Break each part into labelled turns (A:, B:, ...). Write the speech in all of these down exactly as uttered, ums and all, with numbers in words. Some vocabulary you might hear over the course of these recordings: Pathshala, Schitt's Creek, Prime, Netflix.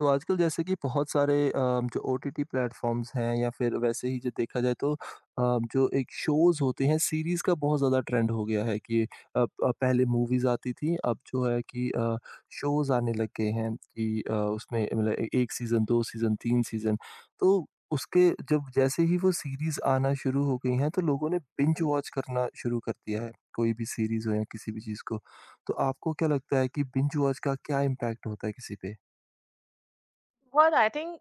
A: तो आजकल जैसे कि बहुत सारे अ, जो ओटीटी प्लेटफॉर्म्स हैं या फिर वैसे ही जो देखा जाए तो अ, जो एक शोज होते हैं सीरीज का बहुत ज्यादा ट्रेंड हो गया है कि अब अब पहले मूवीज आती थी। अब जो है कि शोज आने लग गए हैं कि अ, उसमें मतलब ए- एक सीजन दो सीजन तीन सीजन। तो उसके जब जैसे ही वो सीरीज आना शुरू हो गई हैं तो लोगों ने बिंज
B: हम्म,
A: वॉच करना शुरू कर दिया है, कोई भी सीरीज हो या किसी भी चीज को। तो आपको क्या लगता है कि बिंज वॉच का क्या इम्पैक्ट होता है किसी पे?
B: बहुत आई थिंक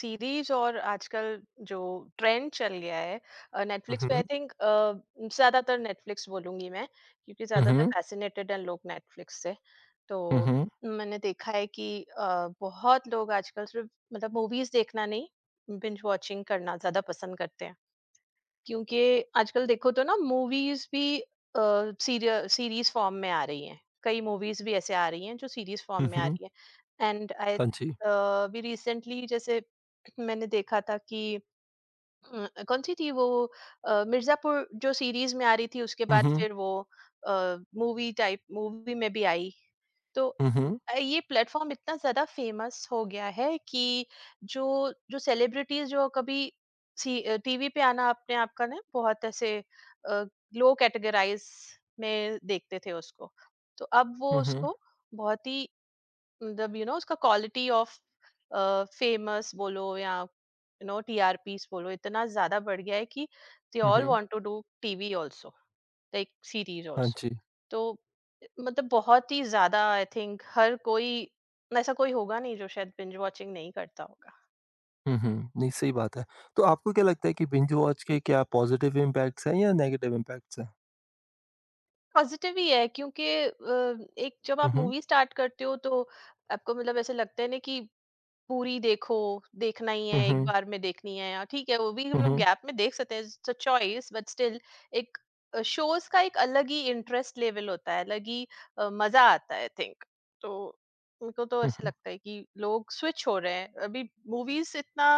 B: सीरीज और आजकल जो ट्रेंड चल गया है नेटफ्लिक्स पे आई
A: हम्म।
B: थिंक ज्यादातर नेटफ्लिक्स बोलूंगी मैं, क्योंकि
A: हुँ,
B: ज्यादातर
A: हुँ,
B: फैसिनेटेड हैं लोग नेटफ्लिक्स से। तो
A: हुँ,
B: मैंने देखा है कि अ, बहुत लोग आजकल सिर्फ मतलब मूवीज देखना नहीं, बिंज वॉचिंग करना ज्यादा पसंद करते हैं, क्योंकि आजकल देखो तो ना मूवीज भी सीरीज फॉर्म में आ रही हैं, कई मूवीज भी ऐसे आ रही हैं जो सीरीज फॉर्म
A: हुँ,
B: में आ
A: हुँ।
B: रही है। एंड आई
A: हाँ जी।
B: भी रिसेंटली जैसे मैंने देखा था कि अ, कौन सी थी वो, अ, मिर्जापुर जो सीरीज में आ रही थी, उसके
A: हुँ,
B: बाद
A: हुँ,
B: फिर वो मूवी टाइप मूवी में भी आई। तो
A: हुँ, हुँ,
B: अ, ये प्लेटफॉर्म इतना ज़्यादा फेमस हो गया है कि जो जो सेलिब्रिटीज़ जो कभी टीवी पे आना अपने आप का ना बहुत ऐसे लो कैटेगराइज में देखते थे उसको, तो अब वो
A: हुँ, हुँ,
B: उसको बहुत ही, मतलब यू नो, उसका क्वालिटी ऑफ फेमस बोलो या यू नो टीआरपीस बोलो, इतना ज़्यादा बढ़ गया है कि दे
A: हुँ,
B: ऑल
A: हुँ।
B: Want to do TV also, like series
A: हाँ
B: ऑल्सो।
A: जी।
B: तो मतलब बहुत ही ज्यादा आई थिंक हर कोई, ऐसा कोई होगा नहीं जो शायद बिंज वॉचिंग नहीं करता होगा।
A: हुँ, हुँ। नहीं, सही बात है। तो आपको क्या लगता है कि बिंज वॉच के क्या पॉज़िटिव इम्पैक्ट्स हैं या नेगेटिव इम्पैक्ट्स हैं?
B: पॉजिटिव ही है, क्योंकि अ, एक जब
A: हुँ,
B: आप
A: हुँ,
B: मूवी स्टार्ट करते हो, तो आपको मतलब ऐसे लगता है ना कि पूरी देखो, देखना ही
A: हुँ,
B: है, एक
A: हुँ,
B: बार में देखनी है, या ठीक है, वो भी हम लोग
A: हुँ,
B: गैप में देख सकते हैं, it's a choice, but still एक अ, शोज़ का एक अलग ही इंटरेस्ट लेवल होता है, अलग ही अ, मज़ा आता है आई थिंक। तो उनको तो
A: हुँ,
B: ऐसे
A: हुँ,
B: लगता है कि लोग स्विच हो रहे हैं। अभी मूवीज़ इतना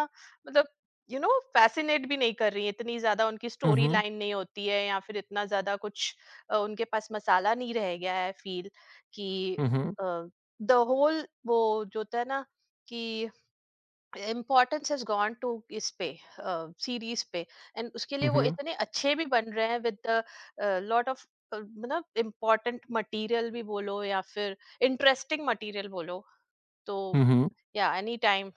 B: मतलब यू नो फ़ैसिनेट भी नहीं कर रही है, इतनी ज़्यादा उनकी
A: हुँ,
B: स्टोरी
A: हुँ,
B: लाइन नहीं होती है या फिर इतना ज़्यादा कुछ अ, उनके पास मसाला नहीं रह गया है, आई फ़ील कि
A: हुँ, हुँ, हुँ,
B: अ, द होल वो जो होता है ना कि इम्पोर्टेंस हैज गॉन टू इस पे, सीरीज पे, एंड उसके लिए
A: हुँ,
B: वो
A: हुँ,
B: इतने अच्छे भी बन रहे हैं विद लॉट ऑफ मतलब इम्पोर्टेंट मटेरियल भी बोलो या फिर इंटरेस्टिंग मटेरियल बोलो। तो
A: हुँ, हुँ।
B: या एनी टाइम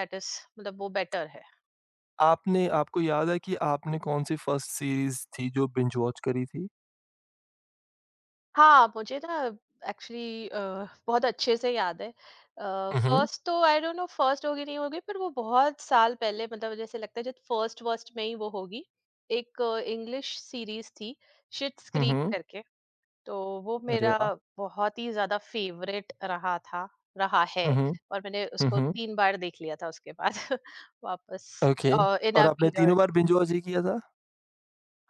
B: दैट इज मतलब वो बेटर है।
A: आपने आपको याद है कि आपने कौन-सी फर्स्ट सीरीज़ थी जो बिंज वॉच करी थी?
B: हाँ, मुझे ना एक्चुअली अ, बहुत अच्छे से याद है। अ,
A: हुँ, हुँ,
B: फर्स्ट तो आई डोंट नो, फर्स्ट होगी नहीं होगी, पर वो बहुत साल पहले मतलब जैसे लगता है जब फर्स्ट वर्स्ट में ही वो होगी। एक इंग्लिश सीरीज़ थी, शिट्स
A: हुँ,
B: क्रीक
A: हुँ।
B: करके। तो वो
A: अरे
B: मेरा
A: वाह!
B: बहुत ही ज़्यादा फ़ेवरेट रहा था, रहा है,
A: हुँ, हुँ,
B: और मैंने
A: हुँ,
B: उसको
A: हुँ।
B: तीन बार देख लिया था उसके बाद वापस,
A: ओके।
B: अ, इन
A: और
B: अ
A: आपने
B: पीरियड।
A: तीनों बार बिंज वॉच ही किया था?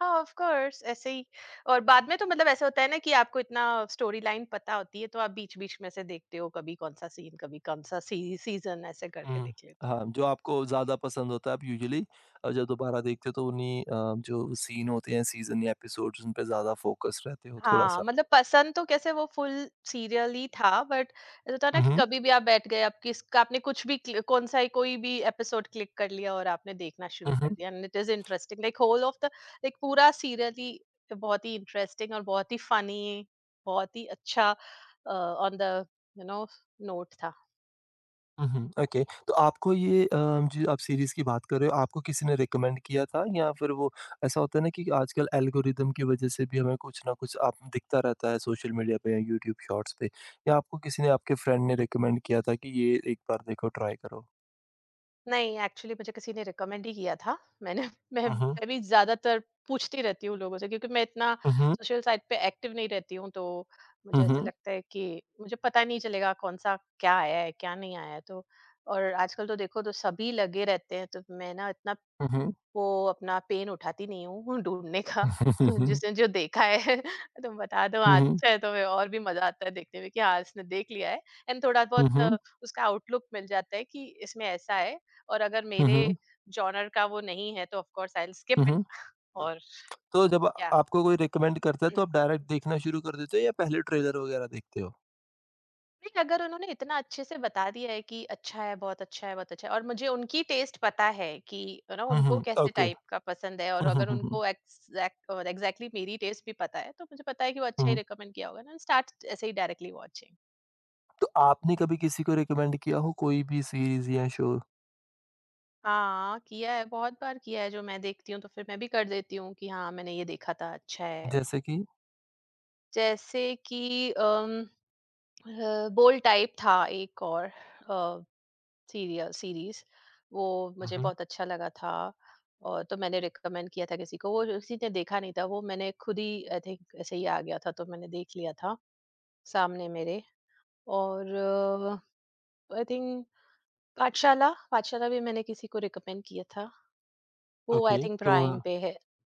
B: हाँ ऑफ कोर्स ऐसे ही। और बाद में तो मतलब ऐसा होता है ना कि आपको इतना स्टोरी लाइन पता होती है, तो आप बीच बीच में से देखते हो, कभी कौन सा सीन, कभी कौन सा सी, सीजन ऐसे करके
A: हुँ।
B: देख लेते हो।
A: हाँ, जो आपको ज़्यादा पसंद होता है आप यूजुअली अ, जब दोबारा देखते हो तो उन्हीं अ, जो सीन होते हैं सीज़न या एपिसोड्स उन पे ज़्यादा फ़ोकस रहते हो
B: हाँ,
A: थोड़ा-सा।
B: मतलब पसंद तो कैसे, वो फुल सीरियल ही था, बट ऐसा होता है ना
A: हुँ,
B: कि
A: हुँ।
B: कभी भी आप बैठ गए, आप किसका, आपने कुछ भी क्लि- कौन सा ही कोई भी एपिसोड क्लिक कर लिया और आपने देखना शुरू
A: हुँ,
B: कर
A: हुँ।
B: दिया, and it is interesting, like whole of the, like पूरा सीरियल ही बहुत ही इंटरेस्टिंग और बहुत ही फनी, बहुत ही अच्छा on the you know note था।
A: हुँ, हुँ। ओके। तो आपको ये अ, जो आप सीरीज़ की बात कर रहे हो आपको किसी ने रिकमेंड किया था, या फिर वो ऐसा होता है ना कि आजकल एल्गोरिदम की वज़ह से भी हमें कुछ न कुछ आप दिखता रहता है सोशल मीडिया पे या यूट्यूब शॉर्ट्स पे, या आपको किसी ने आपके फ्रेंड ने रिकमेंड किया था कि ये एक बार देखो ट्राई करो?
B: नहीं, एक्चुअली मुझे किसी ने रिकमेंड ही किया था। मैंने मैं
A: हुँ, हुँ।
B: मैं भी ज़्यादातर पूछती रहती हूँ लोगों से, क्योंकि मैं इतना
A: हुँ, हुँ।
B: सोशल साइट पे एक्टिव नहीं रहती हूँ, तो
A: हुँ,
B: मुझे ऐसा
A: हुँ।
B: लगता है कि मुझे पता नहीं चलेगा कौन-सा क्या आया है, क्या नहीं आया है। तो और आजकल तो देखो तो सभी लगे रहते हैं, तो मैं ना इतना
A: हुँ, हुँ।
B: वो अपना पेन उठाती नहीं हूँ ढूँढने का।
A: हुँ, हुँ।
B: जिसने जो देखा है, तुम बता दो, हाँ,
A: हुँ, हुँ।
B: अच्छा है तो मैं- और भी मज़ा आता है देखने में कि हाँ, इसने देख लिया है, एंड थोड़ा
A: हुँ,
B: बहुत अ,
A: हुँ।
B: उसका आउटलुक मिल जाता है कि इसमें ऐसा है, और अगर
A: हुँ,
B: मेरे
A: हुँ।
B: जॉनर का वो नहीं है तो of course I will skip
A: हुँ,
B: इट।
A: हुँ।
B: और
A: तो जब
B: या।
A: आपको कोई रिकमेंड करता है तो आप डायरेक्ट देखना शुरू कर देते हो या पहले ट्रेलर वगैरह देखते हो?
B: नहीं, अगर उन्होंने इतना अच्छे से बता दिया है कि अच्छा है, बहुत अच्छा है, बहुत अच्छा है, और मुझे उनकी टेस्ट पता है कि यू नो
A: हुँ,
B: उनको
A: हुँ।
B: कैसे
A: ओके।
B: टाइप का पसंद है, और
A: हुँ, हुँ,
B: अगर
A: हुँ, हुँ।
B: उनको एग्जैक्ट और एग्जैक्टली मेरी टेस्ट भी पता है, तो मुझे पता है कि वो
A: हुँ,
B: अच्छा ही
A: हुँ।
B: रिकमेंड किया होगा, ना स्टार्ट ऐसे ही डायरेक्टली वॉचिंग।
A: तो आपने कभी किसी को रिकमेंड किया हो कोई भी सीरीज़ या शो?
B: हाँ, किया है, बहुत बार किया है, जो मैं देखती हूँ तो फिर मैं भी कर देती हूँ कि हाँ, मैंने ये देखा था, अच्छा है।
A: जैसे कि?
B: जैसे कि अम, अ, बोल्ड टाइप था एक और अ सीरियल सीरीज़, वो
A: हुँ,
B: मुझे
A: हुँ।
B: बहुत अच्छा लगा था। और तो मैंने रिकमेंड किया था किसी को, वो किसी ने देखा नहीं था, वो मैंने खुद ही आई थिंक ऐसे ही आ गया था, तो मैंने देख लिया था सामने मेरे। और आई थिंक पाठशाला, पाठशाला भी मैंने किसी को रिकमेंड किया था, वो आई
A: ओके।
B: थिंक
A: तो
B: प्राइम पे है।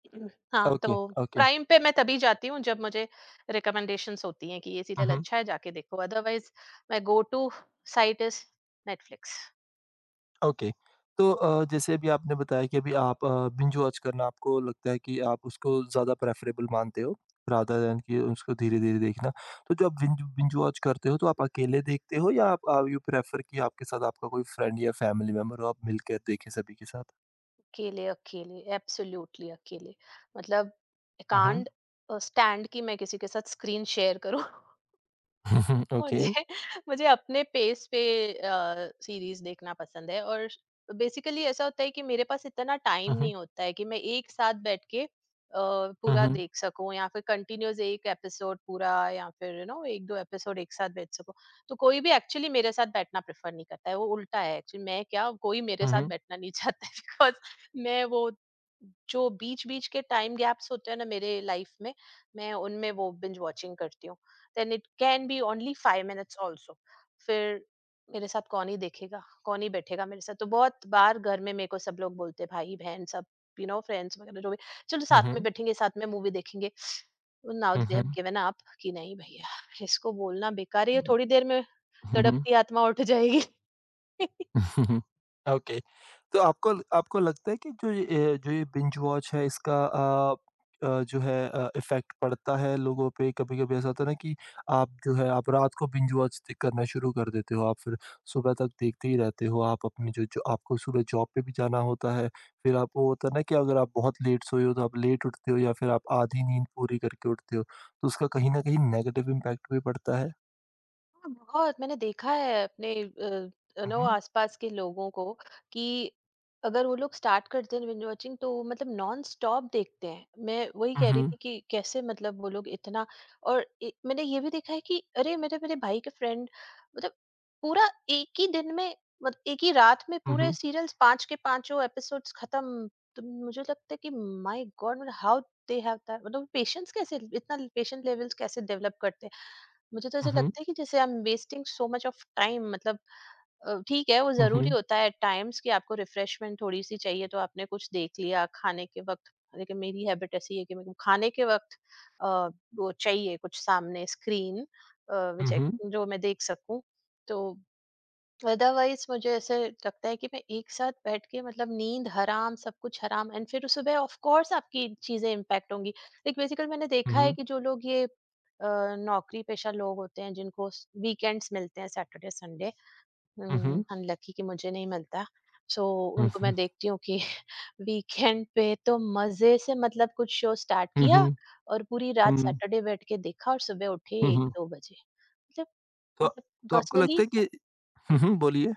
B: हाँ,
A: ओके,
B: तो
A: ओके।
B: प्राइम पे मैं तभी जाती हूँ जब मुझे रिकमेंडेशंस होती हैं कि ये
A: हुँ,
B: सीरियल
A: हुँ।
B: अच्छा है, जाके देखो, otherwise my go to site is Netflix.
A: Okay. तो अ, जैसे अभी आपने बताया कि अभी आप अ, बिंज वॉच करना आपको लगता है कि आप उसको ज़्यादा प्रेफ़रेबल मानते हो, रादर दैन कि उसको धीरे-धीरे देखना। तो जो आप बिंज बिंज वॉच करते हो तो आप अकेले देखते हो, या आप आप यू प्रेफ़र कि आपके साथ आपका कोई फ्रेंड या फैमिली मेंबर हो, आप मिलकर देखें सभी के साथ?
B: अकेले, अकेले, एब्सोल्यूटली अकेले। मतलब आई
A: हुँ, हुँ।
B: कांट अ, स्टैंड कि मैं किसी के साथ स्क्रीन शेयर करूँ।
A: हुँ, हुँ। ओके।
B: मुझे मुझे अपने पेस पे अ, सीरीज देखना पसंद है, और बेसिकली ऐसा होता है कि मेरे पास इतना टाइम
A: हुँ, हुँ।
B: नहीं होता है कि मैं एक साथ बैठ के अ,
A: हुँ,
B: पूरा
A: हुँ।
B: देख सकूं, या फिर कंटिन्यूअस एक एपिसोड पूरा या फिर यू नो एक दो एपिसोड एक साथ बैठ सकूं। तो कोई भी एक्चुअली मेरे साथ बैठना प्रेफर नहीं करता है, वो उल्टा है एक्चुअली, मैं क्या, कोई मेरे
A: हुँ,
B: साथ
A: हुँ।
B: बैठना नहीं चाहता है बिकॉज मैं वो जो बीच बीच के टाइम गैप्स होते हैं ना मेरे लाइफ में, मैं उनमें वो बिंज वॉचिंग करती हूँ, then it can be only five minutes also. फिर मेरे साथ कौन ही देखेगा, कौन ही बैठेगा मेरे साथ। तो बहुत बार घर में मेरे को सब लोग बोलते, भाई बहन सब, यू नो फ्रेंड्स वगैरह, जो भी, चलो
A: हुँ,
B: साथ में
A: हुँ।
B: बैठेंगे, साथ में मूवी देखेंगे, now
A: hmm,
B: they have
A: hmm.
B: Given up कि नहीं भैया, इसको बोलना बेकार है, ये थोड़ी देर में
A: हुँ, हुँ।
B: तड़पती आत्मा उठ जाएगी।
A: ओके। तो आपको आपको लगता है कि जो ये अ, जो ये बिंज वॉच है इसका अ अ, जो है अ, इफ़ेक्ट पड़ता है लोगों पे? कभी-कभी ऐसा होता है ना कि आप जो है आप रात को बिंज वॉच द करना शुरू कर देते हो, आप फिर सुबह तक देखते ही रहते हो, आप अपनी जो जो आपको सुबह जॉब पे भी जाना होता है, फिर आपको होता है ना कि अगर आप बहुत लेट सोए हो तो आप लेट उठते हो या फिर आप आधी नींद पूरी करके उठते हो, तो उसका कहीं न कहीं नेगेटिव इम्पैक्ट भी पड़ता है?
B: हाँ, बहुत मैंने देखा है अपने यू
A: हुँ,
B: नो
A: हुँ।
B: आसपास के लोगों को कि अगर वो लोग स्टार्ट करते हैं बिंज वॉचिंग, तो वो मतलब नॉन स्टॉप देखते हैं। मैं वही कह रही
A: हुँ,
B: थी कि कैसे मतलब वो लोग इतना, और ए, मैंने ये भी देखा है कि अरे, मेरे मेरे भाई के फ्रेंड, मतलब पूरा एक ही दिन में, मतलब एक ही रात में पूरे
A: हुँ।
B: सीरियल्स, पांच के पांचों एपिसोड्स खत्म। तो मुझे लगता है कि माय गॉड, मतलब हाउ दे हैव दैट मतलब पेशेंस, कैसे इतना पेशेंट लेवल्स कैसे डेवलप करते हैं। मुझे तो
A: हुँ,
B: ऐसे
A: हुँ।
B: लगता है कि जैसे I am wasting so much of time मतलब। अ, ठीक है, वो
A: हुँ,
B: जरूरी
A: हुँ।
B: होता है एट टाइम्स कि आपको रिफ्रेशमेंट थोड़ी सी चाहिए, तो आपने कुछ देख लिया खाने के वक्त, लेकिन मेरी हैबिट ऐसी है कि मेरे को खाने के वक्त अ, वो चाहिए कुछ सामने स्क्रीन
A: हुँ, हुँ। हुँ, हुँ।
B: जो मैं देख सकूं। तो अदरवाइज मुझे ऐसे लगता है कि मैं एक साथ बैठ के मतलब नींद हराम, सब कुछ हराम, एंड फिर सुबह ऑफ कोर्स आपकी चीजें इम्पैक्ट होंगी। लाइक बेसिकली मैंने
A: हुँ,
B: देखा है
A: हुँ।
B: कि जो लोग ये अ, नौकरी पेशा लोग होते हैं, जिनको वीकेंड्स मिलते हैं, Saturday Sunday,
A: hmm, hmm.
B: Unlucky कि मुझे नहीं मिलता। सो
A: हुँ,
B: उनको
A: हुँ।
B: मैं देखती हूँ कि वीकेंड पे तो मजे से मतलब कुछ शो स्टार्ट
A: हुँ,
B: किया,
A: हुँ।
B: और पूरी रात सैटरडे बैठ के देखा, और सुबह उठे
A: हुँ,
B: एक
A: हुँ, हुँ।
B: दो बजे, मतलब,
A: तो
B: मतलब
A: तो आपको लगता
B: पर्सनली,
A: है कि हुँ, हुँ, बोलिए?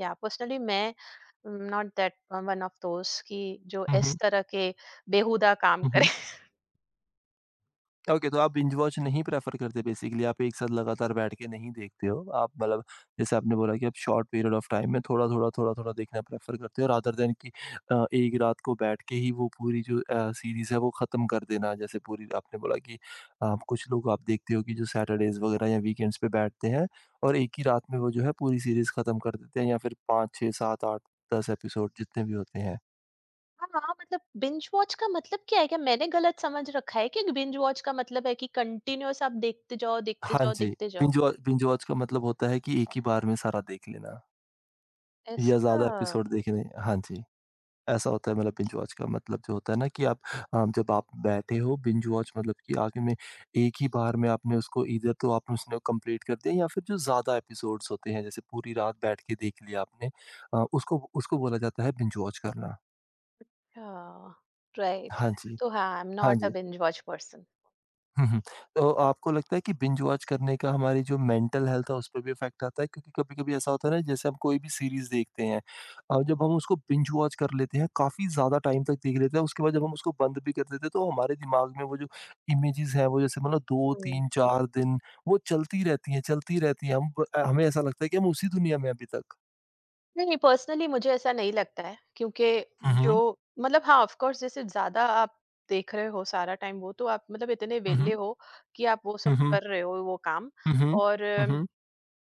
B: या पर्सनली मैं not that one of those कि जो
A: हुँ,
B: इस
A: हुँ।
B: तरह के बेहुदा काम
A: हुँ,
B: करे।
A: हुँ। ओके, तो आप बिंज वॉच नहीं प्रेफ़र करते बेसिकली, आप एक साथ लगातार बैठ के नहीं देखते हो। आप मतलब जैसे आपने बोला कि आप शॉर्ट पीरियड ऑफ टाइम में थोड़ा-थोड़ा, थोड़ा-थोड़ा देखना प्रेफ़र करते हो रादर दैन कि अ, एक रात को बैठ के ही वो पूरी जो अ, सीरीज़ है वो ख़त्म कर देना। जैसे पूरी आपने बोला कि आप कुछ लोग आप देखते हो कि जो सैटरडेज़ वग़ैरह या वीकेंड्स पे बैठते हैं और एक ही रात में वो जो है पूरी सीरीज़ ख़त्म कर देते हैं या फिर पाँच, छह, सात, आठ, दस एपिसोड जितने भी होते हैं।
B: हाँ, मतलब बिंज वॉच का मतलब क्या है, क्या मैंने गलत समझ रखा है कि बिंज वॉच का मतलब है कि कंटिन्यूअस आप देखते जाओ, देखते
A: हाँ
B: जाओ,
A: जी,
B: देखते जाओ
A: बिंज वॉ बिंज वॉच का मतलब होता है कि एक ही बार में सारा देख लेना। या
B: ऐसा।
A: ज़्यादा एपिसोड देखने, हाँ जी, ऐसा होता है मतलब बिंज वॉच का मतलब जो होता है ना कि आप अ, जब आप बैठे हो बिंज वॉच मतलब कि आगे में एक ही बार में आपने उसको ईदर तो आपने उसने कंप्लीट कर दिया या फिर जो ज़्यादा एपिसोड्स होते हैं जैसे पूरी रात बैठ के देख लिया आपने अ, उसको उसको बोला जाता है बिंज वॉच करना।
B: राइट,
A: हाँ जी,
B: तो हाँ आई एम
A: हाँ
B: नॉट अ
A: जी।
B: Binge watch person.
A: Hmm, hmm. तो आपको लगता है कि बिंज वॉच करने का हमारी जो मेंटल हेल्थ है, उस पे भी इफ़ेक्ट आता है? क्योंकि कभी-कभी ऐसा होता है ना, जैसे हम कोई भी सीरीज़ देखते हैं और जब हम उसको बिंज वॉच कर लेते हैं, काफ़ी ज़्यादा टाइम तक देख लेते हैं, उसके बाद जब हम उसको बंद भी कर देते हैं, तो हमारे दिमाग में वो जो इमेजेस हैं, वो जैसे मतलब दो, तीन, चार दिन, वो चलती रहती हैं, चलती रहती हैं। हम ब अ, हमें ऐसा लगता है कि हम उसी दुनिया में हैं अभी तक।
B: नहीं, पर्सनली मुझे ऐसा नहीं लगता है, क्योंकि
A: हुँ,
B: जो,
A: हुँ।
B: मतलब हाँ ऑफ कोर्स, जैसे ज़्यादा आप देख रहे हो सारा टाइम, वो तो आप मतलब इतने
A: हुँ,
B: वेले
A: हुँ।
B: हो कि आप वो सब
A: हुँ, हुँ।
B: कर रहे हो, वो काम,
A: हुँ, हुँ।
B: और
A: हुँ, हुँ।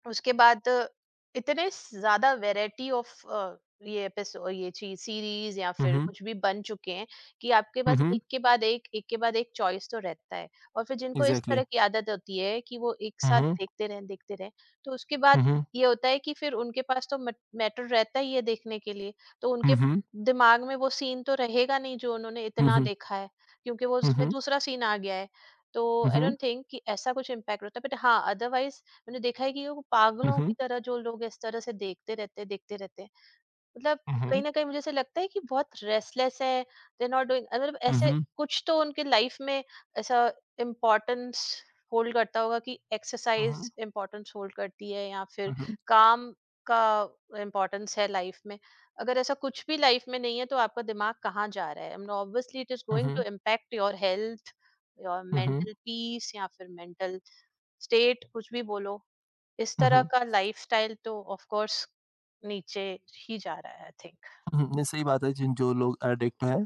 B: उसके बाद अ, इतने ज़्यादा वैरायटी ऑफ अ, ये एपिसो ये चीज़, सीरीज़ या
A: हुँ,
B: फिर
A: हुँ।
B: कुछ भी बन चुके हैं कि आपके
A: हुँ,
B: पास
A: हुँ।
B: एक के बाद एक, एक के बाद एक चॉइस तो रहता है। और फिर जिनको इस
A: इग्ज़ैक्टली।
B: तरह की आदत होती है कि वो एक
A: हुँ,
B: साथ
A: हुँ।
B: देखते रहें, देखते रहें, तो उसके बाद
A: हुँ, हुँ।
B: ये होता है कि फिर उनके पास तो मट मैटर रहता ही है देखने के लिए, तो उनके
A: हुँ, हुँ।
B: दिमाग में वो सीन तो रहेगा नहीं जो उन्होंने
A: हुँ,
B: इतना
A: हुँ।
B: देखा है, क्योंकि वो
A: हुँ,
B: उसमें
A: हुँ।
B: दूसरा सीन आ गया है। तो
A: हुँ,
B: आई
A: हुँ।
B: डोंट थिंक कि ऐसा कुछ इम्पैक्ट होता है, बट हाँ, अदरवाइज़ मैंने देखा है कि वो
A: हुँ,
B: पागलों की
A: हुँ।
B: तरह जो लोग इस तरह से देखते रहते हैं, देखते रहते हैं, मतलब
A: हुँ,
B: कहीं
A: हुँ,
B: न कहीं मुझे ऐसा लगता है कि बहुत रेस्टलेस है, दे आर नॉट डूइंग मतलब
A: हुँ,
B: ऐसे
A: हुँ,
B: कुछ तो उनके लाइफ में, ऐसा इम्पोर्टेंस होल्ड करता होगा कि
A: हुँ,
B: एक्सरसाइज़ इम्पोर्टेंस होल्ड करती है या फिर
A: हुँ,
B: काम का इम्पोर्टेंस है लाइफ में। अगर ऐसा कुछ भी लाइफ में नहीं है, तो आपका दिमाग कहाँ जा रहा है? I mean obviously it is going to impact your health, your
A: hmm,
B: mental peace या फिर मेंटल स्टेट, कुछ भी बोलो। इस तरह
A: हुँ,
B: का लाइफस्टाइल तो ऑफ कोर्स नीचे ही जा रहा है आई थिंक।
A: हुँ, नहीं सही बात है। जिन जो लोग एडिक्ट हैं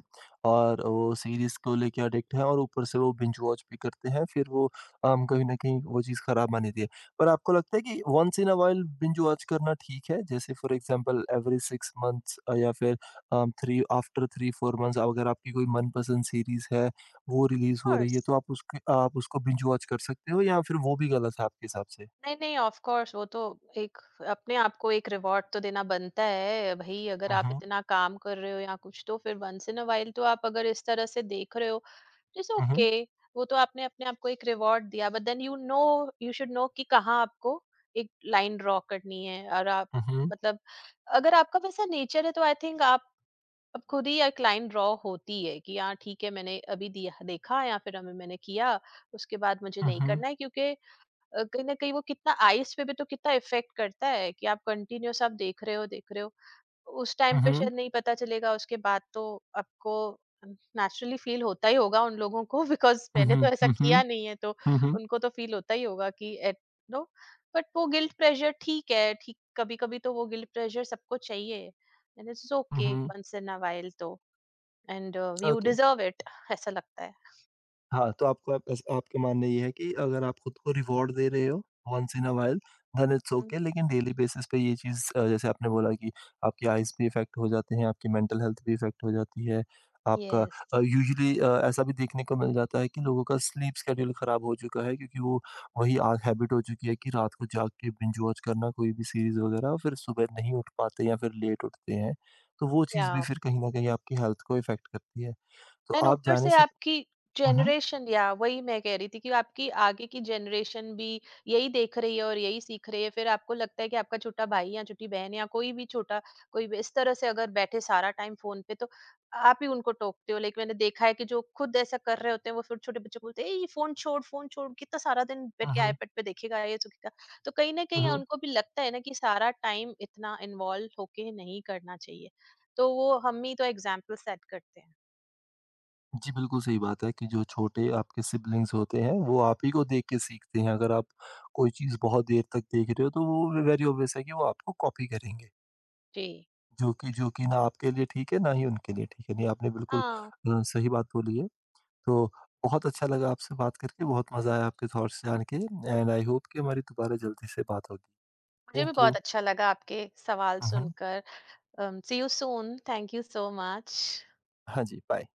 A: और वो सीरीज़ को लेके एडिक्ट हैं और ऊपर से वो बिंज वॉच भी करते हैं, फिर वो अम, कहीं न कहीं वो चीज़ खराब मानी जाती है। पर आपको लगता है कि once in a while binge watch करना ठीक है? जैसे for example every six months uh, या फिर um, three after three four months अगर आपकी कोई मनपसंद सीरीज़ है, वो रिलीज़ हो रही
B: कोर्स
A: है तो आप उसके आप उसको बिंज वॉच कर सकते हो या फिर वो भी गलत है आपके हिसाब से?
B: नहीं, नहीं ऑफ कोर्स, वो तो एक अपने आप को एक रिवॉर्ड तो देना बनता है भाई, अगर
A: हुँ,
B: आप
A: हुँ,
B: इतना काम कर रहे हो या कुछ, तो फिर वंस इन अ वाइल तो आप अगर इस तरह से देख रहे हो, इट्स
A: हुँ,
B: ओके, वो तो आपने अपने आप को एक रिवॉर्ड दिया, but then you know you should know कि कहाँ आपको एक लाइन ड्रॉ करनी है, और आप
A: हुँ, हुँ।
B: मतलब अगर आपका वैसा नेचर है तो आई थिंक आप अब खुद ही एक लाइन ड्रॉ होती है कि हाँ ठीक है, मैंने अभी दिया देखा, या फिर हमें मैंने किया, उसके बाद मुझे नहीं
A: Mhm,
B: करना है, क्योंकि अ, कहीं ना कहीं वो कितना आइस पे भी तो कितना इफेक्ट करता है कि आप कंटिन्यूस आप देख रहे हो, देख रहे हो, उस टाइम पे
A: mhm,
B: शायद नहीं पता चलेगा, उसके बाद तो आपको नेचुरली फील होता ही होगा उन लोगों को। बिकॉज मैंने तो
A: mhm,
B: ऐसा किया
A: mhm,
B: नहीं है, तो
A: mhm,
B: उनको तो फील होता ही होगा कि एट, नो, बट वो गिल्ट प्रेशर ठीक है, ठीक कभी कभी तो वो गिल्ट प्रेशर सबको चाहिए, and it's okay
A: mhm.
B: Once in a while तो, and you
A: Okay.
B: Deserve it, ऐसा लगता है।
A: हाँ, तो आपका बस आपका मानना ये है कि अगर आप खुद को रिवॉर्ड दे रहे हो once in a while then it's
B: hmm,
A: okay, लेकिन डेली बेसिस पे ये चीज़ अ, जैसे आपने बोला कि आपकी आइज़ भी इफ़ेक्ट हो जाते हैं, आपकी मेंटल हेल्थ भी इफ़ेक्ट हो जाती है। आपका
B: यस,
A: अ, यूजुअली अ, ऐसा भी देखने को मिल जाता है कि लोगों का स्लीप शेड्यूल ख़राब हो चुका है क्योंकि वो वही आ हैबिट हो चुकी है कि रात को जाग के बिंज वॉच करना कोई भी सीरीज़ वग़ैरह, और फिर सुबह नहीं उठ पाते या फिर लेट उठते हैं। तो वो
B: या।
A: चीज़ भी फिर कहीं न कहीं आपकी हेल्थ को इफ़ेक्ट करती है। तो
B: एंड
A: आप
B: ऊपर
A: जाने
B: से
A: से।
B: आपकी
A: हुँ, हुँ।
B: जनरेशन, या वही मैं कह रही थी कि आपकी आगे की जनरेशन भी यही देख रही है और यही सीख रही है, फिर आपको लगता है कि आपका छोटा भाई या छोटी बहन या कोई भी छोटा, कोई भी इस तरह से अगर बैठे सारा टाइम फोन पे, तो आप ही उनको टोकते हो। लाइक मैंने देखा है कि जो खुद ऐसा कर रहे होते हैं, वो फिर छोटे बच्चे को बोलते हैं "ए, ये फोन छोड़, फोन छोड़, कितना सारा दिन बैठ
A: हुँ,
B: के
A: हुँ।
B: आईपैड पे देखेगा, ये देखेगा"। तो कहीं ना कहीं
A: हुँ,
B: उनको भी लगता है ना कि सारा टाइम इतना इन्वॉल्व होके नहीं करना चाहिए, तो वो हम ही तो एग्जाम्पल सेट करते हैं।
A: जी, बिल्कुल सही बात है कि जो छोटे आपके सिबलिंग्स होते हैं, वो आप ही को देख के सीखते हैं। अगर आप कोई चीज़ बहुत देर तक देख रहे हो, तो वो वेरी ऑब्वियस है कि वो आपको कॉपी करेंगे,
B: जी।
A: जो कि जो कि ना आपके लिए ठीक है, ना ही उनके लिए ठीक है। नहीं, आपने बिल्कुल
B: हाँ,
A: अ, सही बात बोली है। तो बहुत अच्छा लगा आपसे बात करके, बहुत मज़ा आया आपके थॉट्स जान के एंड आई होप कि हमारी दोबारा जल्दी से बात होगी।
B: मुझे भी
A: थैंक यू।
B: बहुत अच्छा लगा आपके सवाल
A: हुँ, हुँ।
B: सुनकर। See you soon. Thank you so much.
A: हाँ जी, बाय।